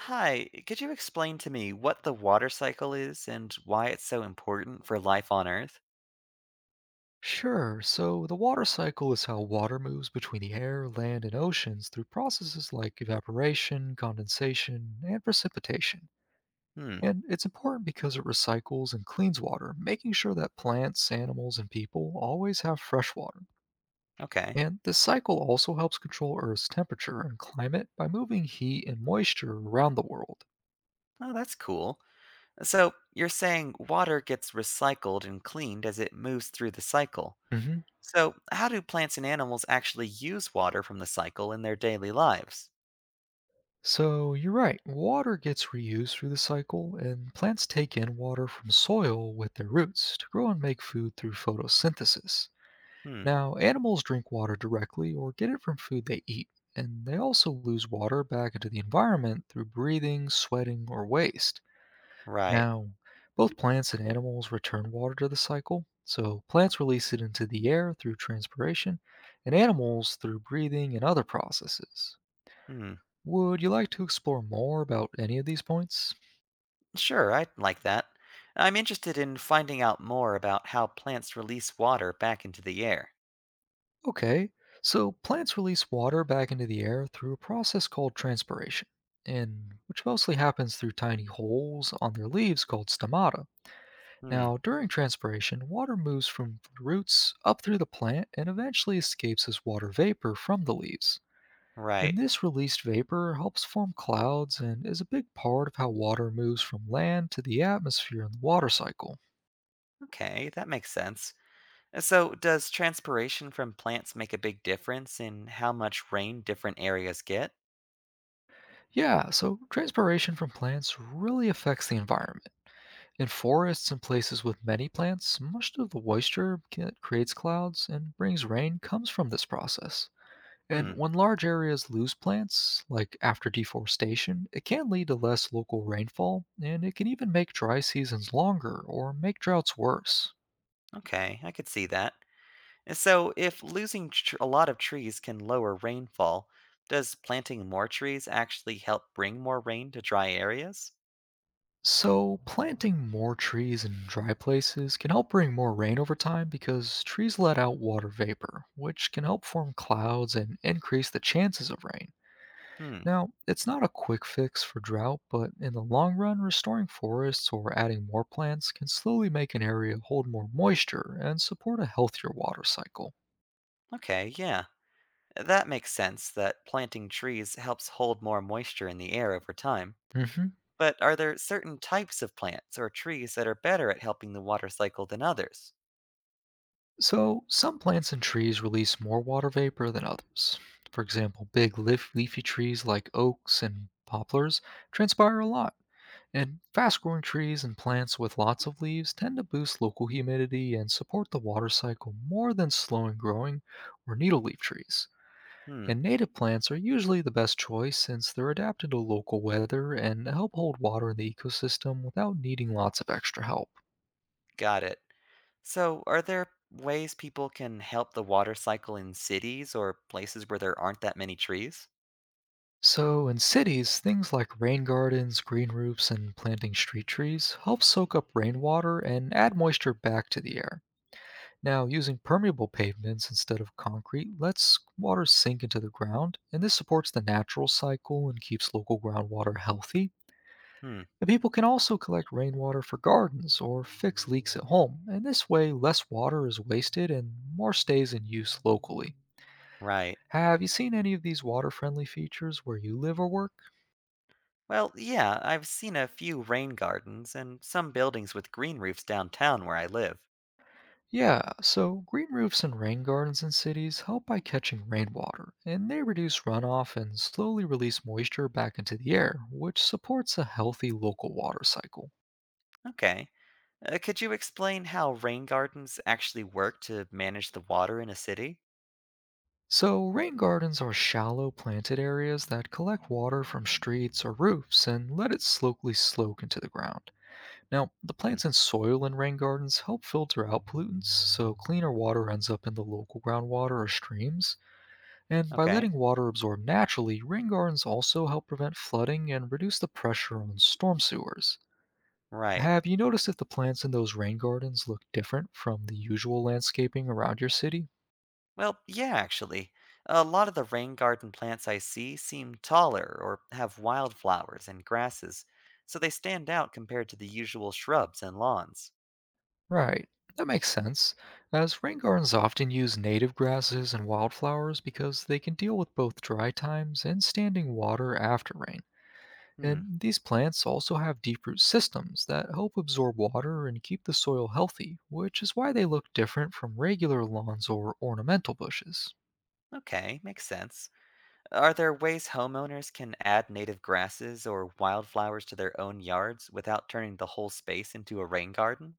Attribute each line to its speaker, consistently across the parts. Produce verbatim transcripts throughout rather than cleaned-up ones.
Speaker 1: Hi, could you explain to me what the water cycle is and why it's so important for life on Earth?
Speaker 2: Sure, so the water cycle is how water moves between the air, land, and oceans through processes like evaporation, condensation, and precipitation.
Speaker 1: Hmm,
Speaker 2: And it's important because it recycles and cleans water, making sure that plants, animals, and people always have fresh water.
Speaker 1: okay.
Speaker 2: And this cycle also helps control Earth's temperature and climate by moving heat and moisture around the world.
Speaker 1: Oh, that's cool. So, you're saying water gets recycled and cleaned as it moves through the cycle.
Speaker 2: Mhm.
Speaker 1: So, how do plants and animals actually use water from the cycle in their daily lives?
Speaker 2: So you're right. Water gets reused through the cycle, and plants take in water from soil with their roots to grow and make food through photosynthesis.
Speaker 1: Hmm,
Speaker 2: Now, animals drink water directly or get it from food they eat, and they also lose water back into the environment through breathing, sweating, or waste.
Speaker 1: right.
Speaker 2: Now, both plants and animals return water to the cycle. So, plants release it into the air through transpiration, and animals through breathing and other processes.
Speaker 1: Hmm,
Speaker 2: Would you like to explore more about any of these points?
Speaker 1: sure, I'd like that. I'm interested in finding out more about how plants release water back into the air.
Speaker 2: Okay, so plants release water back into the air through a process called transpiration, and which mostly happens through tiny holes on their leaves called stomata.
Speaker 1: Hmm,
Speaker 2: Now, during transpiration, water moves from the roots up through the plant and eventually escapes as water vapor from the leaves.
Speaker 1: right.
Speaker 2: And this released vapor helps form clouds and is a big part of how water moves from land to the atmosphere in the water cycle.
Speaker 1: Okay, that makes sense. Uh, So, does transpiration from plants make a big difference in how much rain different areas get?
Speaker 2: Yeah, so transpiration from plants really affects the environment. In forests and places with many plants, much of the moisture that creates clouds and brings rain comes from this process. And
Speaker 1: Hmm,
Speaker 2: when large areas lose plants, like after deforestation, it can lead to less local rainfall, and it can even make dry seasons longer or make droughts worse.
Speaker 1: okay, I could see that. And so, if losing tr- a lot of trees can lower rainfall, does planting more trees actually help bring more rain to dry areas?
Speaker 2: So, planting more trees in dry places can help bring more rain over time because trees let out water vapor, which can help form clouds and increase the chances of rain.
Speaker 1: Hmm,
Speaker 2: Now, it's not a quick fix for drought, but in the long run, restoring forests or adding more plants can slowly make an area hold more moisture and support a healthier water cycle.
Speaker 1: okay, yeah. uh, That makes sense that planting trees helps hold more moisture in the air over time.
Speaker 2: Hmm.
Speaker 1: But are there certain types of plants or trees that are better at helping the water cycle than others?
Speaker 2: So, some plants and trees release more water vapor than others. For example, big leaf- leafy trees like oaks and poplars transpire a lot, and fast growing trees and plants with lots of leaves tend to boost local humidity and support the water cycle more than slow and growing or needle leaf trees.
Speaker 1: Hmm,
Speaker 2: And native plants are usually the best choice since they're adapted to local weather and help hold water in the ecosystem without needing lots of extra help.
Speaker 1: got it. So, are there ways people can help the water cycle in cities or places where there aren't that many trees?
Speaker 2: So, in cities, things like rain gardens, green roofs, and planting street trees help soak up rainwater and add moisture back to the air. Now, using permeable pavements instead of concrete lets water sink into the ground, and this supports the natural cycle and keeps local groundwater healthy.
Speaker 1: Hmm,
Speaker 2: And people can also collect rainwater for gardens or fix leaks at home, and this way, less water is wasted and more stays in use locally.
Speaker 1: right.
Speaker 2: Have you seen any of these water friendly features where you live or work?
Speaker 1: Well, yeah, I've seen a few rain gardens and some buildings with green roofs downtown where I live.
Speaker 2: Yeah, so green roofs and rain gardens in cities help by catching rainwater, and they reduce runoff and slowly release moisture back into the air, which supports a healthy local water cycle.
Speaker 1: Okay. Uh, could you explain how rain gardens actually work to manage the water in a city?
Speaker 2: So, rain gardens are shallow planted areas that collect water from streets or roofs and let it slowly soak into the ground. Now, the
Speaker 1: Hmm,
Speaker 2: plants and soil in rain gardens help filter out pollutants, so cleaner water ends up in the local groundwater or streams, and by
Speaker 1: okay,
Speaker 2: letting water absorb naturally, rain gardens also help prevent flooding and reduce the pressure on storm sewers.
Speaker 1: right.
Speaker 2: Have you noticed if the plants in those rain gardens look different from the usual landscaping around your city?
Speaker 1: Well, yeah, actually, a lot of the rain garden plants I see seem taller or have wildflowers and grasses, so they stand out compared to the usual shrubs and lawns.
Speaker 2: Right, that makes sense, as rain gardens often use native grasses and wildflowers because they can deal with both dry times and standing water after rain.
Speaker 1: Hmm,
Speaker 2: And these plants also have deep root systems that help absorb water and keep the soil healthy, which is why they look different from regular lawns or ornamental bushes.
Speaker 1: okay, makes sense. Are there ways homeowners can add native grasses or wildflowers to their own yards without turning the whole space into a rain garden?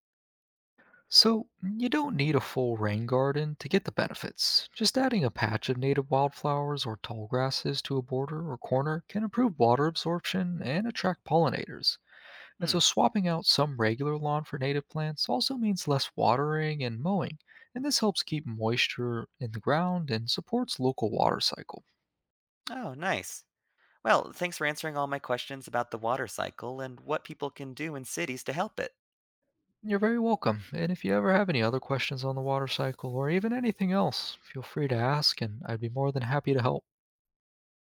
Speaker 2: So, you don't need a full rain garden to get the benefits. Just adding a patch of native wildflowers or tall grasses to a border or corner can improve water absorption and attract pollinators. And
Speaker 1: Hmm,
Speaker 2: so swapping out some regular lawn for native plants also means less watering and mowing, and this helps keep moisture in the ground and supports local water cycle.
Speaker 1: oh, nice. Well, thanks for answering all my questions about the water cycle and what people can do in cities to help it.
Speaker 2: You're very welcome. And if you ever have any other questions on the water cycle or even anything else, feel free to ask and I'd be more than happy to help.